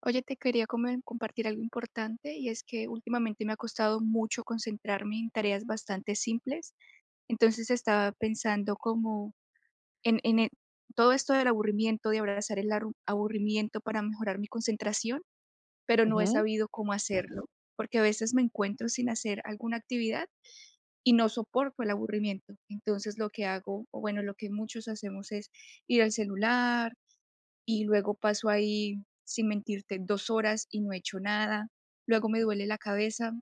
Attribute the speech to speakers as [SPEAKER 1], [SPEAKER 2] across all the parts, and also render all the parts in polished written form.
[SPEAKER 1] Oye, te quería compartir algo importante y es que últimamente me ha costado mucho concentrarme en tareas bastante simples. Entonces estaba pensando como en todo esto del aburrimiento, de abrazar el aburrimiento para mejorar mi concentración, pero no he
[SPEAKER 2] Ujú,
[SPEAKER 1] sabido cómo hacerlo, porque a veces me encuentro sin hacer alguna actividad y no soporto el aburrimiento. Entonces lo que hago, o bueno, lo que muchos hacemos es ir al celular y luego paso ahí, sin mentirte, 2 horas y no he hecho nada. Luego me duele la cabeza,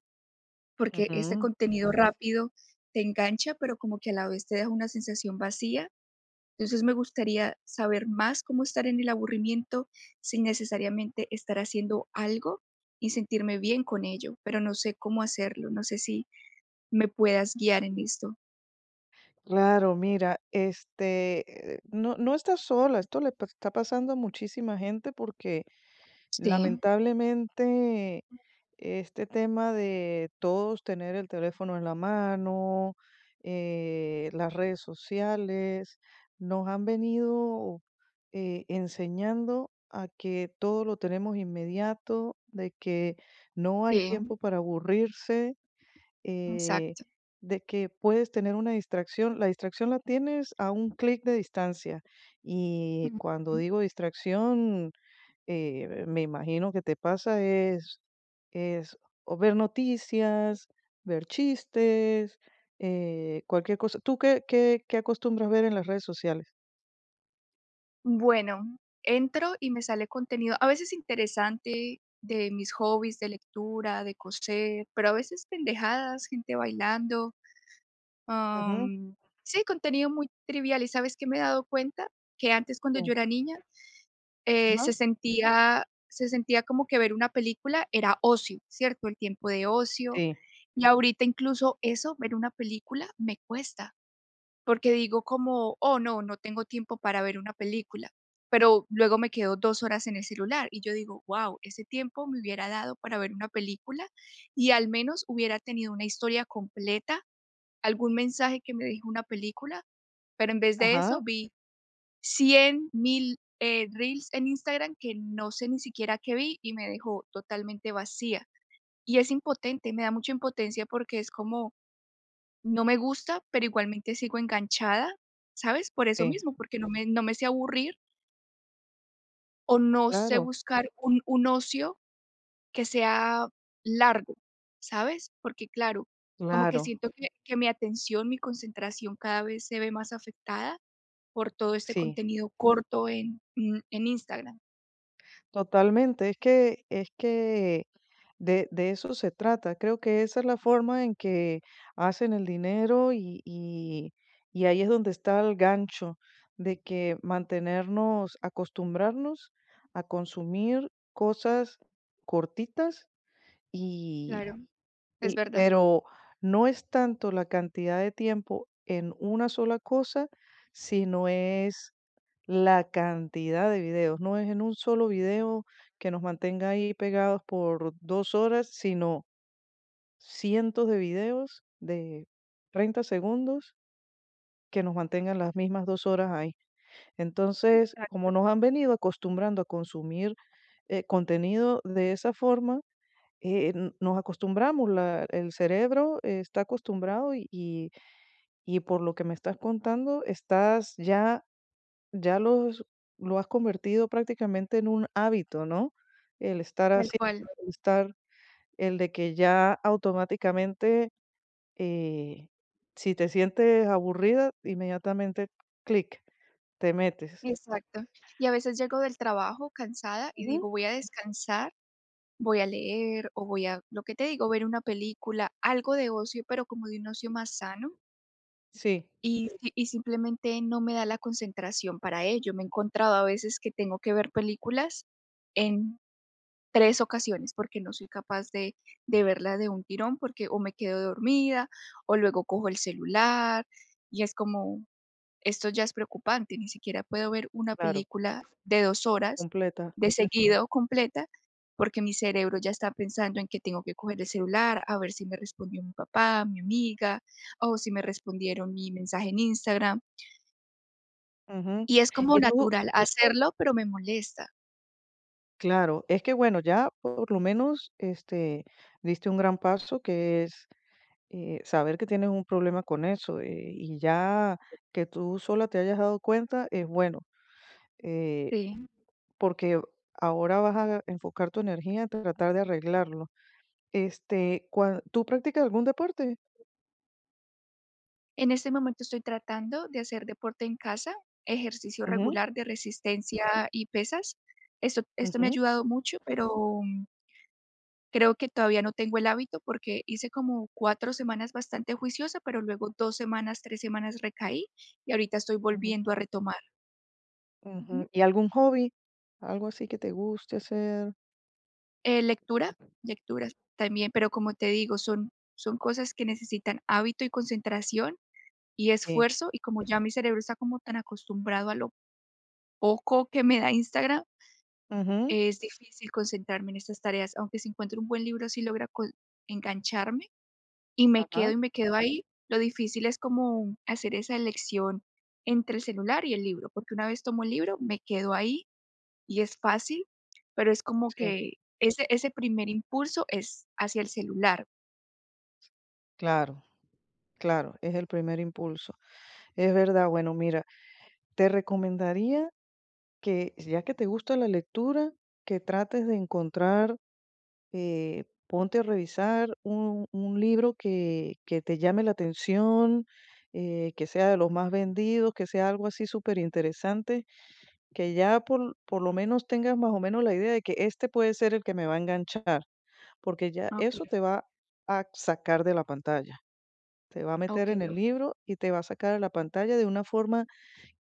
[SPEAKER 1] porque este
[SPEAKER 2] ujú.
[SPEAKER 1] contenido rápido te engancha, pero como que a la vez te deja una sensación vacía. Entonces, me gustaría saber más cómo estar en el aburrimiento sin necesariamente estar haciendo algo y sentirme bien con ello, pero no sé cómo hacerlo. No sé si me puedas guiar en esto.
[SPEAKER 2] Claro, mira, no, no estás sola, está pasando a muchísima gente porque
[SPEAKER 1] Sí,
[SPEAKER 2] lamentablemente este tema de todos tener el teléfono en la mano, las redes sociales, nos han venido enseñando a que todo lo tenemos inmediato, de que no hay
[SPEAKER 1] sí,
[SPEAKER 2] tiempo para aburrirse, eh,
[SPEAKER 1] exacto.
[SPEAKER 2] de que puedes tener una distracción la tienes a un clic de distancia. Y cuando
[SPEAKER 1] Ujú.
[SPEAKER 2] digo distracción, me imagino que te pasa es o ver noticias, ver chistes, cualquier cosa. ¿Tú qué acostumbras ver en las redes sociales?
[SPEAKER 1] Bueno, entro y me sale contenido a veces interesante de mis hobbies de lectura, de coser, pero a veces pendejadas, gente bailando,
[SPEAKER 2] Ujú,
[SPEAKER 1] am, sí, contenido muy trivial. ¿Y sabes qué me he dado cuenta? Que antes cuando yo
[SPEAKER 2] sí,
[SPEAKER 1] era niña, se
[SPEAKER 2] ajá,
[SPEAKER 1] sentía se sentía como que ver una película era ocio, ¿cierto? El tiempo de ocio.
[SPEAKER 2] sí,
[SPEAKER 1] Y ahorita incluso eso, ver una película, me cuesta. Porque digo como: "Oh, no, no tengo tiempo para ver una película", pero luego me quedo 2 horas en el celular, y yo digo: "Guau, ese tiempo me hubiera dado para ver una película, y al menos hubiera tenido una historia completa, algún mensaje que me dejó una película", pero en vez de
[SPEAKER 2] ajá,
[SPEAKER 1] eso vi 100.000, reels en Instagram que no sé ni siquiera qué vi, y me dejó totalmente vacía. Y es impotente, me da mucha impotencia porque es como: no me gusta, pero igualmente sigo enganchada, ¿sabes? Por eso
[SPEAKER 2] sí,
[SPEAKER 1] mismo, porque no me sé aburrir o no sé
[SPEAKER 2] claro,
[SPEAKER 1] buscar un ocio que sea largo, ¿sabes? Porque, claro, como que
[SPEAKER 2] claro,
[SPEAKER 1] siento que mi atención, mi concentración cada vez se ve más afectada por todo este
[SPEAKER 2] sí,
[SPEAKER 1] contenido corto en, en Instagram.
[SPEAKER 2] totalmente. Es que, de eso se trata. Creo que esa es la forma en que hacen el dinero, y ahí es donde está el gancho de que mantenernos, acostumbrarnos a consumir cosas cortitas,
[SPEAKER 1] Claro, es
[SPEAKER 2] y
[SPEAKER 1] verdad.
[SPEAKER 2] pero no es tanto la cantidad de tiempo en una sola cosa, sino es la cantidad de videos. No es en un solo video que nos mantenga ahí pegados por 2 horas, sino cientos de videos de 30 segundos que nos mantengan las mismas 2 horas ahí. Entonces, como
[SPEAKER 1] Claro,
[SPEAKER 2] nos han venido acostumbrando a consumir, contenido de esa forma, n nos acostumbramos, la el cerebro está acostumbrado, y por lo que me estás contando, estás ya los lo has convertido prácticamente en un hábito, ¿no? El estar
[SPEAKER 1] tal
[SPEAKER 2] así,
[SPEAKER 1] cual.
[SPEAKER 2] el estar el de que ya automáticamente, eh, si te sientes aburrida, inmediatamente, clic, te metes.
[SPEAKER 1] Exacto. Y a veces llego del trabajo cansada y
[SPEAKER 2] Ujú.
[SPEAKER 1] digo: "Voy a descansar". Voy a leer o voy a, lo que te digo, ver una película, algo de ocio, pero como de un ocio más sano
[SPEAKER 2] Sí,
[SPEAKER 1] y simplemente no me da la concentración para ello. Me he encontrado a veces que tengo que ver películas en tres ocasiones porque no soy capaz de verla de un tirón porque o me quedo dormida o luego cojo el celular y es como esto ya es preocupante, ni siquiera puedo ver una
[SPEAKER 2] claro,
[SPEAKER 1] película de 2 horas
[SPEAKER 2] completa.
[SPEAKER 1] de seguido completa, porque mi cerebro ya está pensando en que tengo que coger el celular, a ver si me respondió mi papá, mi amiga, o si me respondieron mi mensaje en Instagram.
[SPEAKER 2] Ujú.
[SPEAKER 1] Y es como
[SPEAKER 2] Y tú
[SPEAKER 1] natural hacerlo, pero me molesta.
[SPEAKER 2] Claro, es que bueno, ya por lo menos diste un gran paso que es, saber que tienes un problema con eso, y ya que tú sola te hayas dado cuenta es bueno, eh,
[SPEAKER 1] Sí.
[SPEAKER 2] porque ahora vas a enfocar tu energía en tratar de arreglarlo. ¿Tú practicas algún deporte?
[SPEAKER 1] En este momento estoy tratando de hacer deporte en casa, ejercicio
[SPEAKER 2] Ujú,
[SPEAKER 1] regular de resistencia y pesas. Esto me ha
[SPEAKER 2] ujú,
[SPEAKER 1] ayudado mucho, pero creo que todavía no tengo el hábito porque hice como 4 semanas bastante juiciosa, pero luego 2 semanas, 3 semanas recaí y ahorita estoy
[SPEAKER 2] ujú,
[SPEAKER 1] volviendo a retomar. Ujú.
[SPEAKER 2] ujú. ¿Y algún hobby? Algo así que te guste hacer. Ah,
[SPEAKER 1] Lectura, lecturas también, pero como te digo, son cosas que necesitan hábito y concentración y
[SPEAKER 2] sí.
[SPEAKER 1] esfuerzo, y como ya mi cerebro está como tan acostumbrado a lo poco que me da Instagram,
[SPEAKER 2] Ujú,
[SPEAKER 1] es difícil concentrarme en estas tareas, aunque si encuentro un buen libro, sí logra con engancharme.
[SPEAKER 2] ajá.
[SPEAKER 1] Y me quedo ahí. Lo difícil es como hacer esa elección entre el celular y el libro, porque una vez tomo el libro, me quedo ahí y es fácil, pero es como
[SPEAKER 2] Sí,
[SPEAKER 1] que ese primer impulso es hacia el celular.
[SPEAKER 2] claro, claro, es el primer impulso. Es verdad, bueno, mira, te recomendaría que ya que te gusta la lectura, que trates de encontrar, ponte a revisar un libro que te llame la atención, que sea de los más vendidos, que sea algo así súper interesante, que ya por lo menos tengas más o menos la idea de que este puede ser el que me va a enganchar, porque ya
[SPEAKER 1] Okey.
[SPEAKER 2] eso te va a sacar de la pantalla, te va a meter en
[SPEAKER 1] Okey,
[SPEAKER 2] el
[SPEAKER 1] o
[SPEAKER 2] libro y te va a sacar de la pantalla de una forma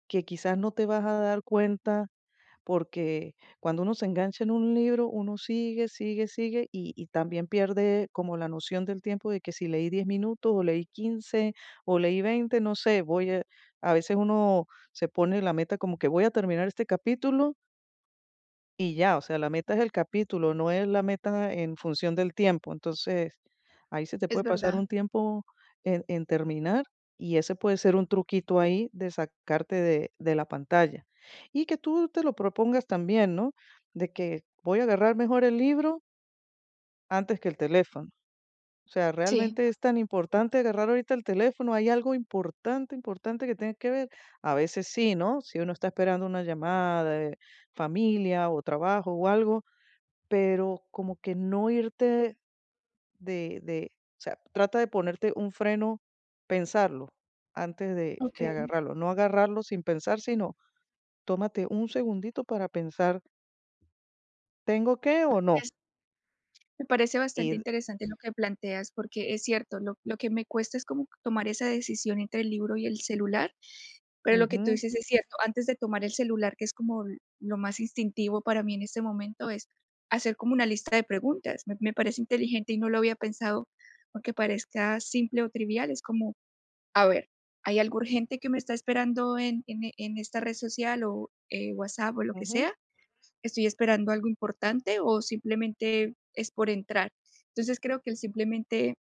[SPEAKER 2] que quizás no te vas a dar cuenta, porque cuando uno se engancha en un libro, uno sigue, sigue, sigue y también pierde como la noción del tiempo de que si leí 10 minutos o leí 15 o leí 20, no sé, a veces uno se pone la meta como que voy a terminar este capítulo y ya, o sea, la meta es el capítulo, no es la meta en función del tiempo. Entonces, ahí se te
[SPEAKER 1] es
[SPEAKER 2] puede pasar
[SPEAKER 1] verdad.
[SPEAKER 2] un tiempo en terminar, y ese puede ser un truquito ahí de sacarte de la pantalla. Y que tú te lo propongas también, ¿no? De que voy a agarrar mejor el libro antes que el teléfono. O sea,
[SPEAKER 1] Sí.
[SPEAKER 2] realmente es tan importante agarrar ahorita el teléfono. Hay algo importante, importante que tiene que ver. A veces sí, ¿no? Si uno está esperando una llamada de familia o trabajo o algo, pero como que no irte de o sea, trata de ponerte un freno, pensarlo antes de
[SPEAKER 1] Okey.
[SPEAKER 2] agarrarlo, no agarrarlo sin pensar, sino tómate un segundito para pensar, ¿tengo que o no?
[SPEAKER 1] Es, me parece bastante
[SPEAKER 2] Y
[SPEAKER 1] interesante lo que planteas, porque es cierto, lo que me cuesta es como tomar esa decisión entre el libro y el celular. Pero lo que tú
[SPEAKER 2] Ujú,
[SPEAKER 1] dices es cierto, antes de tomar el celular, que es como lo más instintivo para mí en este momento, es hacer como una lista de preguntas. Me parece inteligente y no lo había pensado, aunque parezca simple o trivial. Es como, a ver, ¿hay algo urgente que me está esperando en, en esta red social o WhatsApp o lo que
[SPEAKER 2] ujú,
[SPEAKER 1] sea? ¿Estoy esperando algo importante o simplemente es por entrar? Entonces creo que el simplemente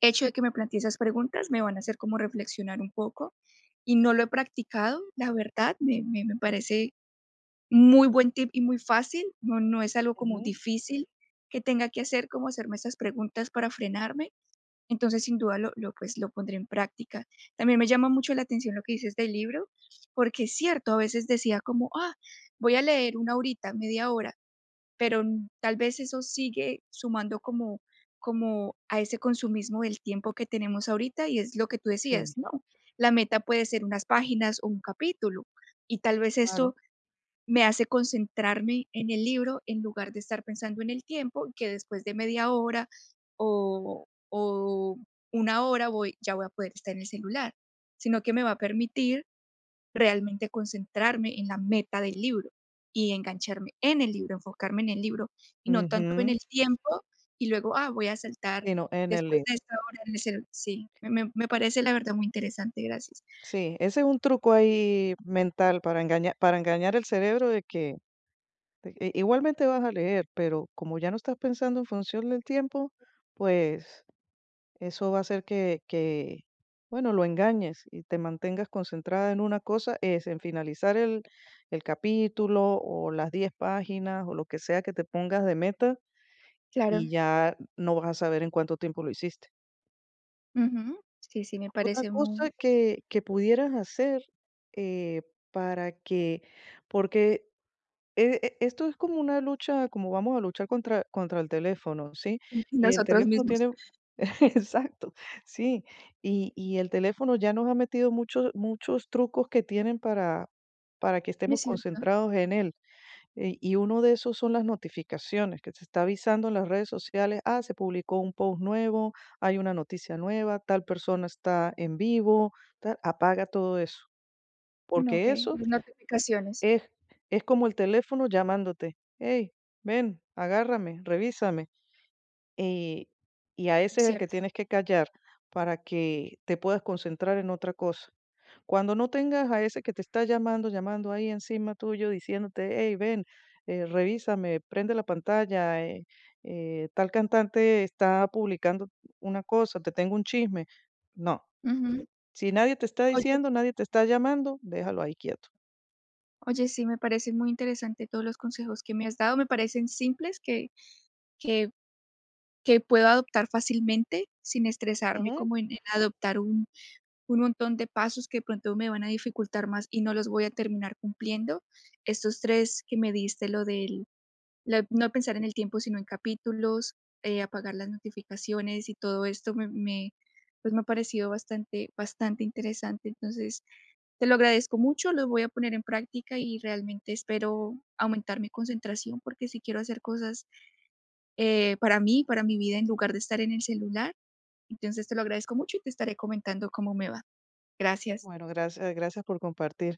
[SPEAKER 1] hecho de que me plantee esas preguntas me van a hacer como reflexionar un poco y no lo he practicado, la verdad, me parece muy buen tip y muy fácil, no es algo como
[SPEAKER 2] ujú,
[SPEAKER 1] difícil que tenga que hacer, como hacerme esas preguntas para frenarme, entonces, sin duda, pues, lo pondré en práctica. También me llama mucho la atención lo que dices del libro, porque es cierto, a veces decía como: "Ah, voy a leer una horita, media hora", pero tal vez eso sigue sumando como a ese consumismo del tiempo que tenemos ahorita y es lo que tú
[SPEAKER 2] sí,
[SPEAKER 1] decías, ¿no? La meta puede ser unas páginas o un capítulo y tal vez
[SPEAKER 2] claro.
[SPEAKER 1] esto me hace concentrarme en el libro en lugar de estar pensando en el tiempo y que después de media hora o una hora voy, ya voy a poder estar en el celular, sino que me va a permitir realmente concentrarme en la meta del libro y engancharme en el libro, enfocarme en el libro y no tanto en
[SPEAKER 2] Ujú,
[SPEAKER 1] el tiempo y luego, ah, voy a saltar
[SPEAKER 2] sí, no, en el
[SPEAKER 1] después
[SPEAKER 2] lío.
[SPEAKER 1] de esta hora en el celu. Sí, me parece la verdad muy interesante, gracias.
[SPEAKER 2] Sí, ese es un truco ahí mental para engañar el cerebro de que igualmente vas a leer, pero como ya no estás pensando en función del tiempo, pues eso va a hacer bueno, lo engañes y te mantengas concentrada en una cosa, es en finalizar el capítulo o las 10 páginas o lo que sea que te pongas de meta, y
[SPEAKER 1] Claro,
[SPEAKER 2] ya no vas a saber en cuánto tiempo lo hiciste.
[SPEAKER 1] ujú, sí, sí, me
[SPEAKER 2] Otra
[SPEAKER 1] parece muy.
[SPEAKER 2] cosa que, pudieras hacer, eh, para que, porque E e esto es como una lucha, como vamos a luchar contra el teléfono, ¿sí? Y el
[SPEAKER 1] Nosotros
[SPEAKER 2] teléfono
[SPEAKER 1] mismos.
[SPEAKER 2] tiene exacto, sí. Y el teléfono ya nos ha metido muchos muchos trucos que tienen para que
[SPEAKER 1] Es
[SPEAKER 2] estemos
[SPEAKER 1] cierto.
[SPEAKER 2] concentrados en él. Y uno de esos son las notificaciones, que se está avisando en las redes sociales, ah, se publicó un post nuevo, hay una noticia nueva, tal persona está en vivo, tal. Apaga todo eso,
[SPEAKER 1] No,
[SPEAKER 2] porque
[SPEAKER 1] okey,
[SPEAKER 2] eso
[SPEAKER 1] las notificaciones,
[SPEAKER 2] es es como el teléfono llamándote: "Hey, ven, agárrame, revísame". Y y a ese es el que
[SPEAKER 1] cierto,
[SPEAKER 2] tienes que callar para que te puedas concentrar en otra cosa. Cuando no tengas a ese que te está llamando, llamando ahí encima tuyo, diciéndote: "Hey, ven, revísame, prende la pantalla, tal cantante está publicando una cosa, te tengo un chisme". No,
[SPEAKER 1] ujú.
[SPEAKER 2] si nadie te está
[SPEAKER 1] Oye
[SPEAKER 2] diciendo, nadie te está llamando, déjalo ahí quieto.
[SPEAKER 1] oye, sí, me parece muy interesante todos los consejos que me has dado, me parecen simples que que puedo adoptar fácilmente, sin estresarme
[SPEAKER 2] Ujú.
[SPEAKER 1] como en adoptar un montón de pasos que de pronto me van a dificultar más y no los voy a terminar cumpliendo. Estos 3 que me diste, lo del la no pensar en el tiempo, sino en capítulos, apagar las notificaciones y todo esto pues, me ha parecido bastante bastante interesante. Entonces, te lo agradezco mucho, los voy a poner en práctica y realmente espero aumentar mi concentración, porque si quiero hacer cosas para mí, para mi vida, en lugar de estar en el celular. Entonces te lo agradezco mucho y te estaré comentando cómo me va. Gracias.
[SPEAKER 2] Bueno, gracias, gracias por compartir.